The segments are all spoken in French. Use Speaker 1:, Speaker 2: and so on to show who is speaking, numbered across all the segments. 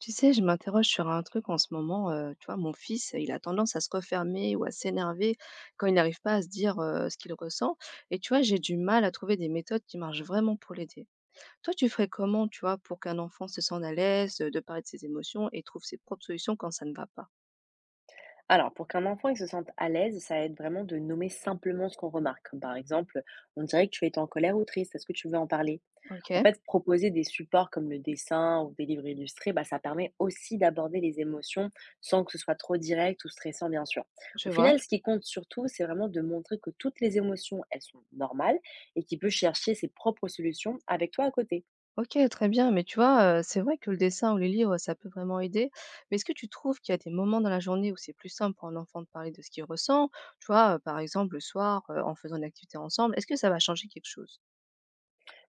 Speaker 1: Tu sais, je m'interroge sur un truc en ce moment. Tu vois, mon fils, il a tendance à se refermer ou à s'énerver quand il n'arrive pas à se dire ce qu'il ressent. Et tu vois, j'ai du mal à trouver des méthodes qui marchent vraiment pour l'aider. Toi, tu ferais comment, tu vois, pour qu'un enfant se sente à l'aise de parler de ses émotions et trouve ses propres solutions quand ça ne va pas?
Speaker 2: Alors, pour qu'un enfant il se sente à l'aise, ça aide vraiment de nommer simplement ce qu'on remarque. Comme par exemple, on dirait que tu es en colère ou triste, est-ce que tu veux en parler?
Speaker 1: Ok,
Speaker 2: En fait, proposer des supports comme le dessin ou des livres illustrés, bah, ça permet aussi d'aborder les émotions sans que ce soit trop direct ou stressant, bien sûr. Au
Speaker 1: je vois.
Speaker 2: final, ce qui compte surtout, c'est vraiment de montrer que toutes les émotions, elles sont normales et qu'il peut chercher ses propres solutions avec toi à côté.
Speaker 1: OK, très bien, mais tu vois, c'est vrai que le dessin ou les livres, ça peut vraiment aider. Mais est-ce que tu trouves qu'il y a des moments dans la journée où c'est plus simple pour un enfant de parler de ce qu'il ressent? Tu vois, par exemple, le soir, en faisant une activité ensemble, est-ce que ça va changer quelque chose?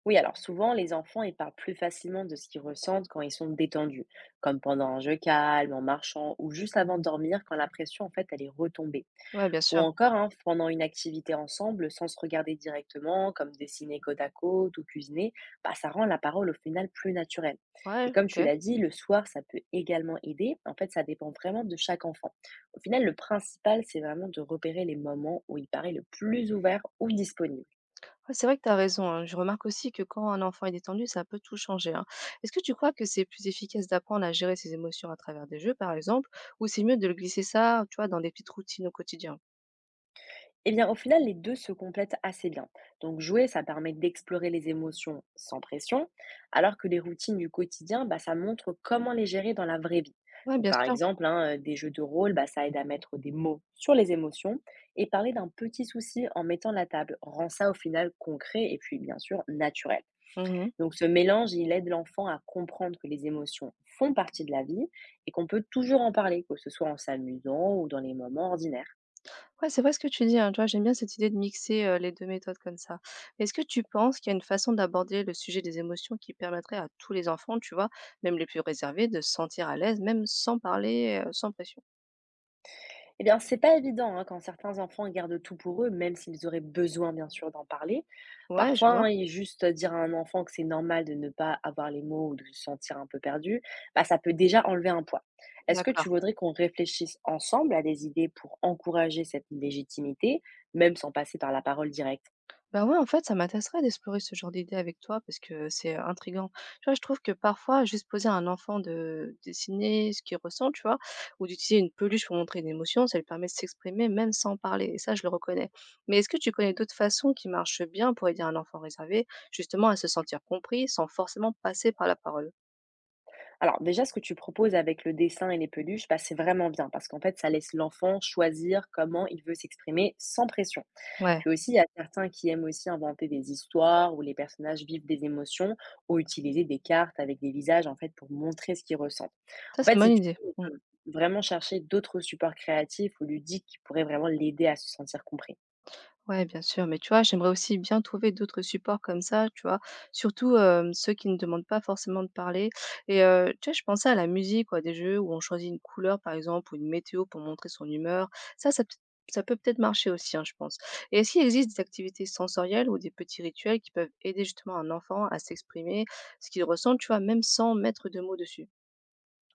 Speaker 2: Oui, alors souvent, les enfants, ils parlent plus facilement de ce qu'ils ressentent quand ils sont détendus, comme pendant un jeu calme, en marchant, ou juste avant de dormir, quand la pression, en fait, elle est retombée.
Speaker 1: Ouais, bien
Speaker 2: Ou
Speaker 1: sûr.
Speaker 2: encore, hein, pendant une activité ensemble, sans se regarder directement, comme dessiner côte à côte ou cuisiner, bah, ça rend la parole au final plus naturelle. Et
Speaker 1: Ouais,
Speaker 2: comme
Speaker 1: OK.
Speaker 2: tu l'as dit, le soir, ça peut également aider. En fait, ça dépend vraiment de chaque enfant. Au final, le principal, c'est vraiment de repérer les moments où il paraît le plus ouvert ou disponible.
Speaker 1: Ouais, c'est vrai que tu as raison, hein. Je remarque aussi que quand un enfant est détendu, ça peut tout changer, hein. Est-ce que tu crois que c'est plus efficace d'apprendre à gérer ses émotions à travers des jeux, par exemple, ou c'est mieux de le glisser ça, tu vois, dans des petites routines au quotidien?
Speaker 2: Eh bien, au final, les deux se complètent assez bien. Donc, jouer, ça permet d'explorer les émotions sans pression, alors que les routines du quotidien, bah, ça montre comment les gérer dans la vraie vie.
Speaker 1: Ouais,
Speaker 2: Donc,
Speaker 1: bien
Speaker 2: par
Speaker 1: sûr.
Speaker 2: exemple, hein, des jeux de rôle, bah, ça aide à mettre des mots sur les émotions et parler d'un petit souci en mettant la table rend ça au final concret et puis bien sûr naturel.
Speaker 1: Mmh.
Speaker 2: Donc, ce mélange, il aide l'enfant à comprendre que les émotions font partie de la vie et qu'on peut toujours en parler, que ce soit en s'amusant ou dans les moments ordinaires.
Speaker 1: Ouais, c'est vrai ce que tu dis, hein, tu vois? J'aime bien cette idée de mixer, les 2 méthodes comme ça. Est-ce que tu penses qu'il y a une façon d'aborder le sujet des émotions qui permettrait à tous les enfants, tu vois, même les plus réservés, de se sentir à l'aise, même sans parler, sans pression?
Speaker 2: Eh bien, c'est pas évident hein, quand certains enfants gardent tout pour eux, même s'ils auraient besoin, bien sûr, d'en parler.
Speaker 1: Ouais, je
Speaker 2: Parfois,
Speaker 1: vois.
Speaker 2: hein, et juste dire à un enfant que c'est normal de ne pas avoir les mots ou de se sentir un peu perdu, bah, ça peut déjà enlever un poids. Est-ce que tu
Speaker 1: D'accord.
Speaker 2: voudrais qu'on réfléchisse ensemble à des idées pour encourager cette légitimité, même sans passer par la parole directe?
Speaker 1: Bah, ouais, en fait, ça m'intéresserait d'explorer ce genre d'idée avec toi parce que c'est intriguant. Tu vois, je trouve que parfois, juste poser à un enfant de dessiner ce qu'il ressent, tu vois, ou d'utiliser une peluche pour montrer une émotion, ça lui permet de s'exprimer même sans parler. Et ça, je le reconnais. Mais est-ce que tu connais d'autres façons qui marchent bien pour aider un enfant réservé, justement, à se sentir compris sans forcément passer par la parole?
Speaker 2: Alors, déjà, ce que tu proposes avec le dessin et les peluches, bah, c'est vraiment bien parce qu'en fait, ça laisse l'enfant choisir comment il veut s'exprimer sans pression.
Speaker 1: Ouais,
Speaker 2: Puis aussi, il y a certains qui aiment aussi inventer des histoires où les personnages vivent des émotions ou utiliser des cartes avec des visages en fait pour montrer ce qu'ils ressentent.
Speaker 1: ça,
Speaker 2: En
Speaker 1: c'est une
Speaker 2: fait, si
Speaker 1: bonne
Speaker 2: tu
Speaker 1: idée.
Speaker 2: veux, on
Speaker 1: Mmh.
Speaker 2: peut vraiment chercher d'autres supports créatifs ou ludiques qui pourraient vraiment l'aider à se sentir compris.
Speaker 1: Ouais, bien sûr, mais tu vois, j'aimerais aussi bien trouver d'autres supports comme ça, tu vois, surtout ceux qui ne demandent pas forcément de parler. Et tu vois, je pensais à la musique, quoi, des jeux où on choisit une couleur, par exemple, ou une météo pour montrer son humeur. Ça, ça, peut- Ça peut peut-être marcher aussi, hein, je pense. Et est-ce qu'il existe des activités sensorielles ou des petits rituels qui peuvent aider justement un enfant à s'exprimer, ce qu'il ressent, tu vois, même sans mettre de mots dessus?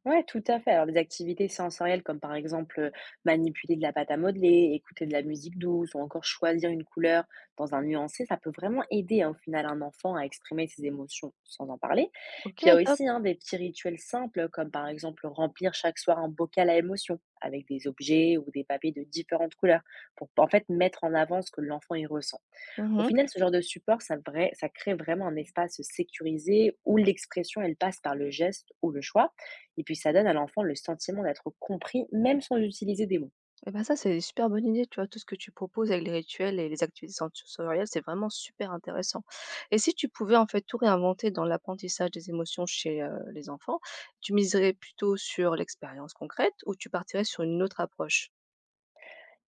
Speaker 2: Ouais, tout à fait. Alors, des activités sensorielles comme par exemple manipuler de la pâte à modeler, écouter de la musique douce ou encore choisir une couleur dans un nuancé, ça peut vraiment aider hein, au final un enfant à exprimer ses émotions sans en parler.
Speaker 1: Ok,
Speaker 2: Puis il y a
Speaker 1: top.
Speaker 2: aussi hein, des petits rituels simples comme par exemple remplir chaque soir un bocal à émotions avec des objets ou des papiers de différentes couleurs pour en fait mettre en avant ce que l'enfant y ressent. Au
Speaker 1: Mhm.
Speaker 2: final, ce genre de support, ça vrai ça crée vraiment un espace sécurisé où l'expression, elle passe par le geste ou le choix. Et puis, ça donne à l'enfant le sentiment d'être compris, même sans utiliser des mots.
Speaker 1: Et ben ça, c'est une super bonne idée, tu vois, tout ce que tu proposes avec les rituels et les activités sensorielles, c'est vraiment super intéressant. Et si tu pouvais en fait tout réinventer dans l'apprentissage des émotions chez les enfants, tu miserais plutôt sur l'expérience concrète ou tu partirais sur une autre approche?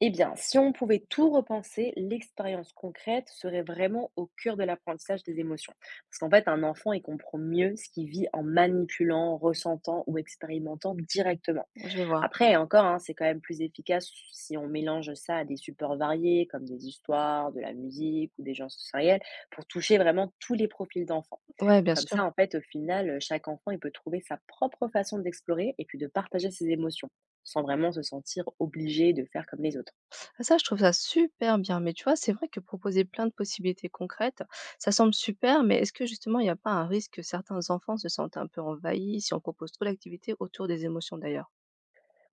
Speaker 2: Eh bien, si on pouvait tout repenser, l'expérience concrète serait vraiment au cœur de l'apprentissage des émotions. Parce qu'en fait, un enfant, il comprend mieux ce qu'il vit en manipulant, ressentant ou expérimentant directement.
Speaker 1: Je vois.
Speaker 2: Après encore, hein, c'est quand même plus efficace si on mélange ça à des supports variés comme des histoires, de la musique ou des genres sensoriels pour toucher vraiment tous les profils d'enfants.
Speaker 1: Ouais, bien
Speaker 2: Comme
Speaker 1: sûr.
Speaker 2: ça, en fait, au final, chaque enfant, il peut trouver sa propre façon d'explorer et puis de partager ses émotions, sans vraiment se sentir obligé de faire comme les autres.
Speaker 1: Ah, ça, je trouve ça super bien. Mais tu vois, c'est vrai que proposer plein de possibilités concrètes, ça semble super, mais est-ce que justement, il n'y a pas un risque que certains enfants se sentent un peu envahis si on propose trop d'activités autour des émotions d'ailleurs?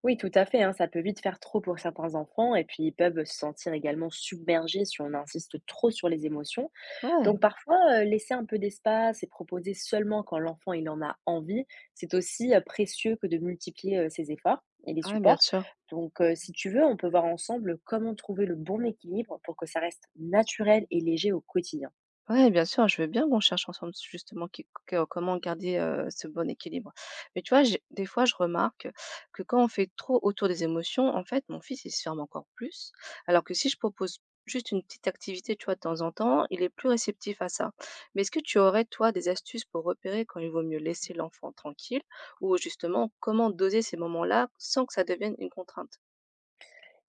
Speaker 2: Oui, tout à fait, hein, ça peut vite faire trop pour certains enfants et puis ils peuvent se sentir également submergés si on insiste trop sur les émotions.
Speaker 1: Ouais,
Speaker 2: Donc parfois, laisser un peu d'espace et proposer seulement quand l'enfant il en a envie, c'est aussi, précieux que de multiplier, ses efforts et les
Speaker 1: ouais, bien
Speaker 2: supports.
Speaker 1: sûr.
Speaker 2: Donc si tu veux, on peut voir ensemble comment trouver le bon équilibre pour que ça reste naturel et léger au quotidien.
Speaker 1: Ouais, bien sûr, je veux bien qu'on cherche ensemble justement qui que comment garder, ce bon équilibre. Mais tu vois, j'ai des fois, je remarque que quand on fait trop autour des émotions, en fait, mon fils, il se ferme encore plus. Alors que si je propose juste une petite activité, tu vois, de temps en temps, il est plus réceptif à ça. Mais est-ce que tu aurais, toi, des astuces pour repérer quand il vaut mieux laisser l'enfant tranquille ou justement comment doser ces moments-là sans que ça devienne une contrainte?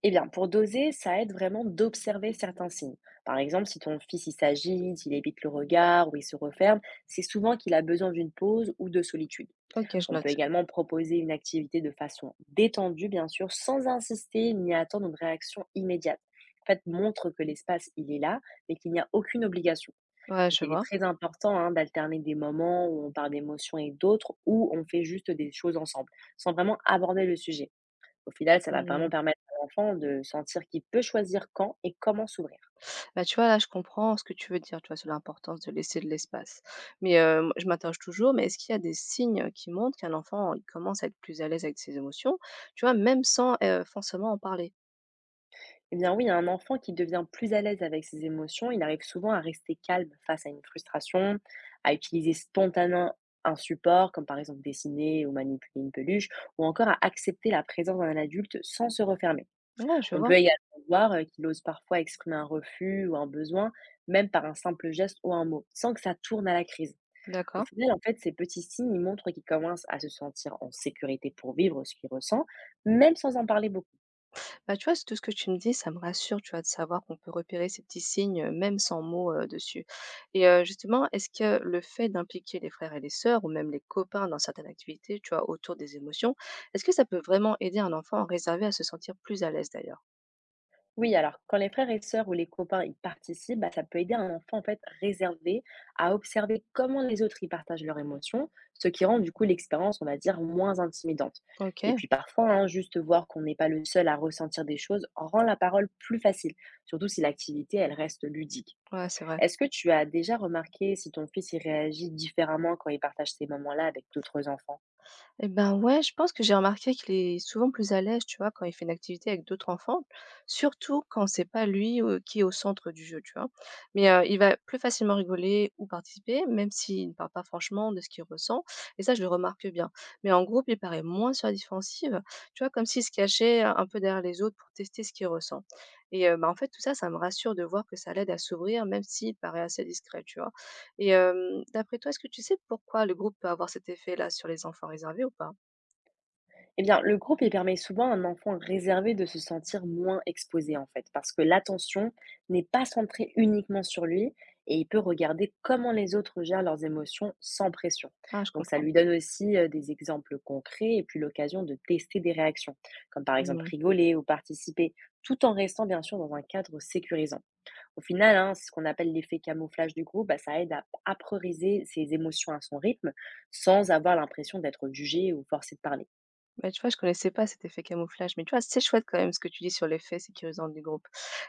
Speaker 2: Eh bien, pour doser, ça aide vraiment d'observer certains signes. Par exemple, si ton fils il s'agite, il évite le regard ou il se referme, c'est souvent qu'il a besoin d'une pause ou de solitude.
Speaker 1: OK, je
Speaker 2: On peut
Speaker 1: note.
Speaker 2: également proposer une activité de façon détendue, bien sûr, sans insister ni attendre une réaction immédiate. En fait, montre que l'espace, il est là, mais qu'il n'y a aucune obligation.
Speaker 1: Ouais,
Speaker 2: Donc,
Speaker 1: je
Speaker 2: il est
Speaker 1: vois.
Speaker 2: très important hein, d'alterner des moments où on parle d'émotions et d'autres où on fait juste des choses ensemble, sans vraiment aborder le sujet. Au final, ça va vraiment
Speaker 1: Mmh.
Speaker 2: permettre à l'enfant de sentir qu'il peut choisir quand et comment s'ouvrir.
Speaker 1: Bah, tu vois, là, je comprends ce que tu veux dire, tu vois, sur l'importance de laisser de l'espace. Mais moi je m'interroge toujours, mais est-ce qu'il y a des signes qui montrent qu'un enfant, il commence à être plus à l'aise avec ses émotions, tu vois, même sans, forcément en parler?
Speaker 2: Eh bien oui, un enfant qui devient plus à l'aise avec ses émotions, il arrive souvent à rester calme face à une frustration, à utiliser spontanément un support, comme par exemple dessiner ou manipuler une peluche, ou encore à accepter la présence d'un adulte sans se refermer.
Speaker 1: Ouais, je
Speaker 2: On peut
Speaker 1: vois,
Speaker 2: également voir qu'il ose parfois exprimer un refus ou un besoin, même par un simple geste ou un mot, sans que ça tourne à la crise. Au
Speaker 1: d'accord.
Speaker 2: final, en fait, ces petits signes ils montrent qu'il commence à se sentir en sécurité pour vivre ce qu'il ressent, même sans en parler beaucoup.
Speaker 1: Bah, tu vois, c tout ce que tu me dis, ça me rassure, tu vois, de savoir qu'on peut repérer ces petits signes, même sans mots, dessus. Et justement, est-ce que le fait d'impliquer les frères et les sœurs ou même les copains dans certaines activités, tu vois, autour des émotions, est-ce que ça peut vraiment aider un enfant réservé à se sentir plus à l'aise d'ailleurs?
Speaker 2: Oui, alors quand les frères et sœurs ou les copains y participent, bah, ça peut aider un enfant en fait réservé à observer comment les autres y partagent leurs émotions, ce qui rend du coup l'expérience, on va dire, moins intimidante. Et
Speaker 1: OK.
Speaker 2: puis parfois, hein, juste voir qu'on n'est pas le seul à ressentir des choses rend la parole plus facile, surtout si l'activité, elle reste ludique.
Speaker 1: Ouais, c'est vrai.
Speaker 2: Est-ce que tu as déjà remarqué si ton fils y réagit différemment quand il partage ces moments-là avec d'autres enfants?
Speaker 1: Et ben ouais, je pense que j'ai remarqué qu'il est souvent plus à l'aise, tu vois, quand il fait une activité avec d'autres enfants, surtout quand c'est pas lui qui est au centre du jeu, tu vois. Mais il va plus facilement rigoler ou participer, même s'il ne parle pas franchement de ce qu'il ressent. Et ça, je le remarque bien. Mais en groupe, il paraît moins sur la défensive, tu vois, comme s'il se cachait un peu derrière les autres pour tester ce qu'il ressent. Et bah, en fait, tout ça, ça me rassure de voir que ça l'aide à s'ouvrir, même s'il paraît assez discret, tu vois. Et d'après toi, est-ce que tu sais pourquoi le groupe peut avoir cet effet-là sur les enfants réservés ou pas?
Speaker 2: Eh bien, le groupe, il permet souvent à un enfant réservé de se sentir moins exposé, en fait, parce que l'attention n'est pas centrée uniquement sur lui et il peut regarder comment les autres gèrent leurs émotions sans pression.
Speaker 1: Ah, je
Speaker 2: Donc, ça
Speaker 1: comprends.
Speaker 2: lui donne aussi des exemples concrets et puis l'occasion de tester des réactions, comme par exemple
Speaker 1: Mmh.
Speaker 2: rigoler ou participer, tout en restant bien sûr dans un cadre sécurisant. Au final, hein, ce qu'on appelle l'effet camouflage du groupe, bah, ça aide à apprioriser ses émotions à son rythme sans avoir l'impression d'être jugé ou forcé de parler.
Speaker 1: Bah, tu vois, je connaissais pas cet effet camouflage, mais tu vois, c'est chouette quand même ce que tu dis sur l'effet sécurisant du groupe.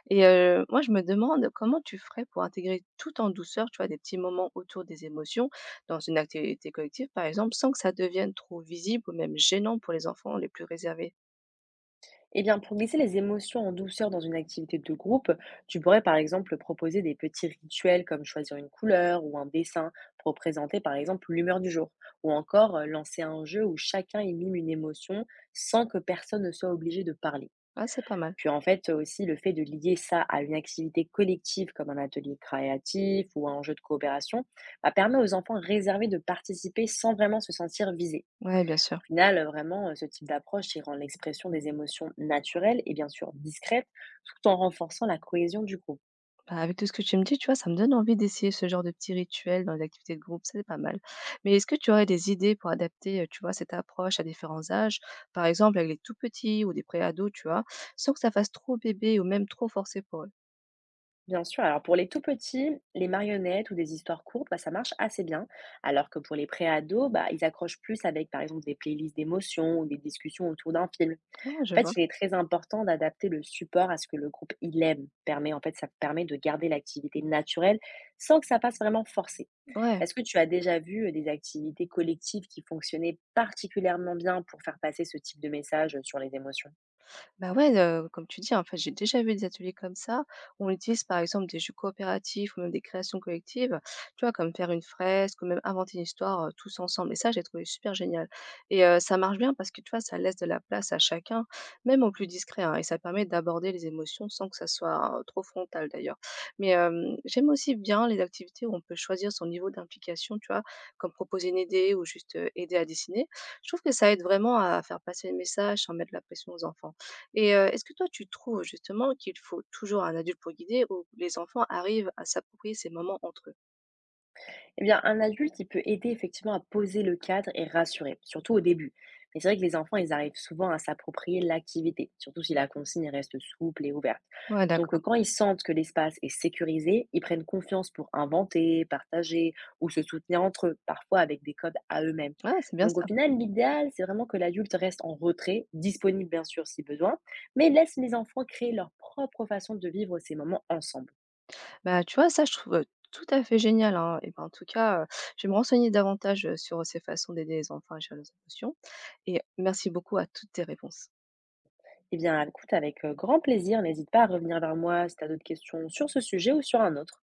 Speaker 1: Et moi, je me demande comment tu ferais pour intégrer tout en douceur, tu vois, des petits moments autour des émotions dans une activité collective, par exemple, sans que ça devienne trop visible ou même gênant pour les enfants les plus réservés?
Speaker 2: Eh bien, pour glisser les émotions en douceur dans une activité de groupe, tu pourrais par exemple proposer des petits rituels comme choisir une couleur ou un dessin pour représenter par exemple l'humeur du jour, ou encore lancer un jeu où chacun y mime une émotion sans que personne ne soit obligé de parler.
Speaker 1: Ah, c'est pas mal.
Speaker 2: Puis en fait aussi le fait de lier ça à une activité collective comme un atelier créatif ou un jeu de coopération, bah, permet aux enfants réservés de participer sans vraiment se sentir visés.
Speaker 1: Ouais, bien sûr.
Speaker 2: Au final, vraiment, ce type d'approche, il rend l'expression des émotions naturelle et bien sûr discrète, tout en renforçant la cohésion du groupe.
Speaker 1: Bah, avec tout ce que tu me dis, tu vois, ça me donne envie d'essayer ce genre de petit rituel dans les activités de groupe, ça c'est pas mal. Mais est-ce que tu aurais des idées pour adapter, tu vois, cette approche à différents âges, par exemple avec les tout petits ou des préados, tu vois, sans que ça fasse trop bébé ou même trop forcé pour eux?
Speaker 2: Bien sûr, alors pour les tout petits, les marionnettes ou des histoires courtes, bah, ça marche assez bien. Alors que pour les pré-ados, bah, ils accrochent plus avec, par exemple, des playlists d'émotions ou des discussions autour d'un film. En
Speaker 1: Ah, je vois.
Speaker 2: fait, il est très important d'adapter le support à ce que le groupe il aime. Permet en fait, ça permet de garder l'activité naturelle sans que ça passe vraiment forcé.
Speaker 1: Ouais.
Speaker 2: Est-ce que tu as déjà vu des activités collectives qui fonctionnaient particulièrement bien pour faire passer ce type de message sur les émotions?
Speaker 1: Bah, ouais, comme tu dis, en fait, j'ai déjà vu des ateliers comme ça. On utilise, par exemple, des jeux coopératifs ou même des créations collectives, tu vois? Comme faire une fresque ou même inventer une histoire, tous ensemble et ça, j'ai trouvé super génial et ça marche bien parce que, tu vois, ça laisse de la place à chacun, même au plus discret, hein, et ça permet d'aborder les émotions sans que ça soit, trop frontal d'ailleurs. Mais j'aime aussi bien les activités où on peut choisir son niveau d'implication, tu vois? Comme proposer une idée ou juste, aider à dessiner. Je trouve que ça aide vraiment à faire passer le message sans mettre la pression aux enfants. Et est-ce que toi tu trouves justement qu'il faut toujours un adulte pour guider ou les enfants arrivent à s'approprier ces moments entre eux?
Speaker 2: Eh bien, un adulte, il peut aider effectivement à poser le cadre et rassurer, surtout au début. Mais c'est vrai que les enfants, ils arrivent souvent à s'approprier l'activité, surtout si la consigne reste souple et ouverte.
Speaker 1: Ouais,
Speaker 2: Donc,
Speaker 1: d'accord.
Speaker 2: quand ils sentent que l'espace est sécurisé, ils prennent confiance pour inventer, partager ou se soutenir entre eux, parfois avec des codes à eux-mêmes.
Speaker 1: Ah, c'est bien
Speaker 2: Donc, au
Speaker 1: ça.
Speaker 2: final, l'idéal, c'est vraiment que l'adulte reste en retrait, disponible bien sûr si besoin, mais laisse les enfants créer leur propre façon de vivre ces moments ensemble.
Speaker 1: Bah, tu vois, ça, je trouve, tout à fait génial, hein, et ben, en tout cas, je vais me renseigner davantage, sur ces façons d'aider les enfants à gérer leurs émotions et merci beaucoup à toutes tes réponses.
Speaker 2: Eh bien, écoute, avec grand plaisir, n'hésite pas à revenir vers moi si tu as d'autres questions sur ce sujet ou sur un autre.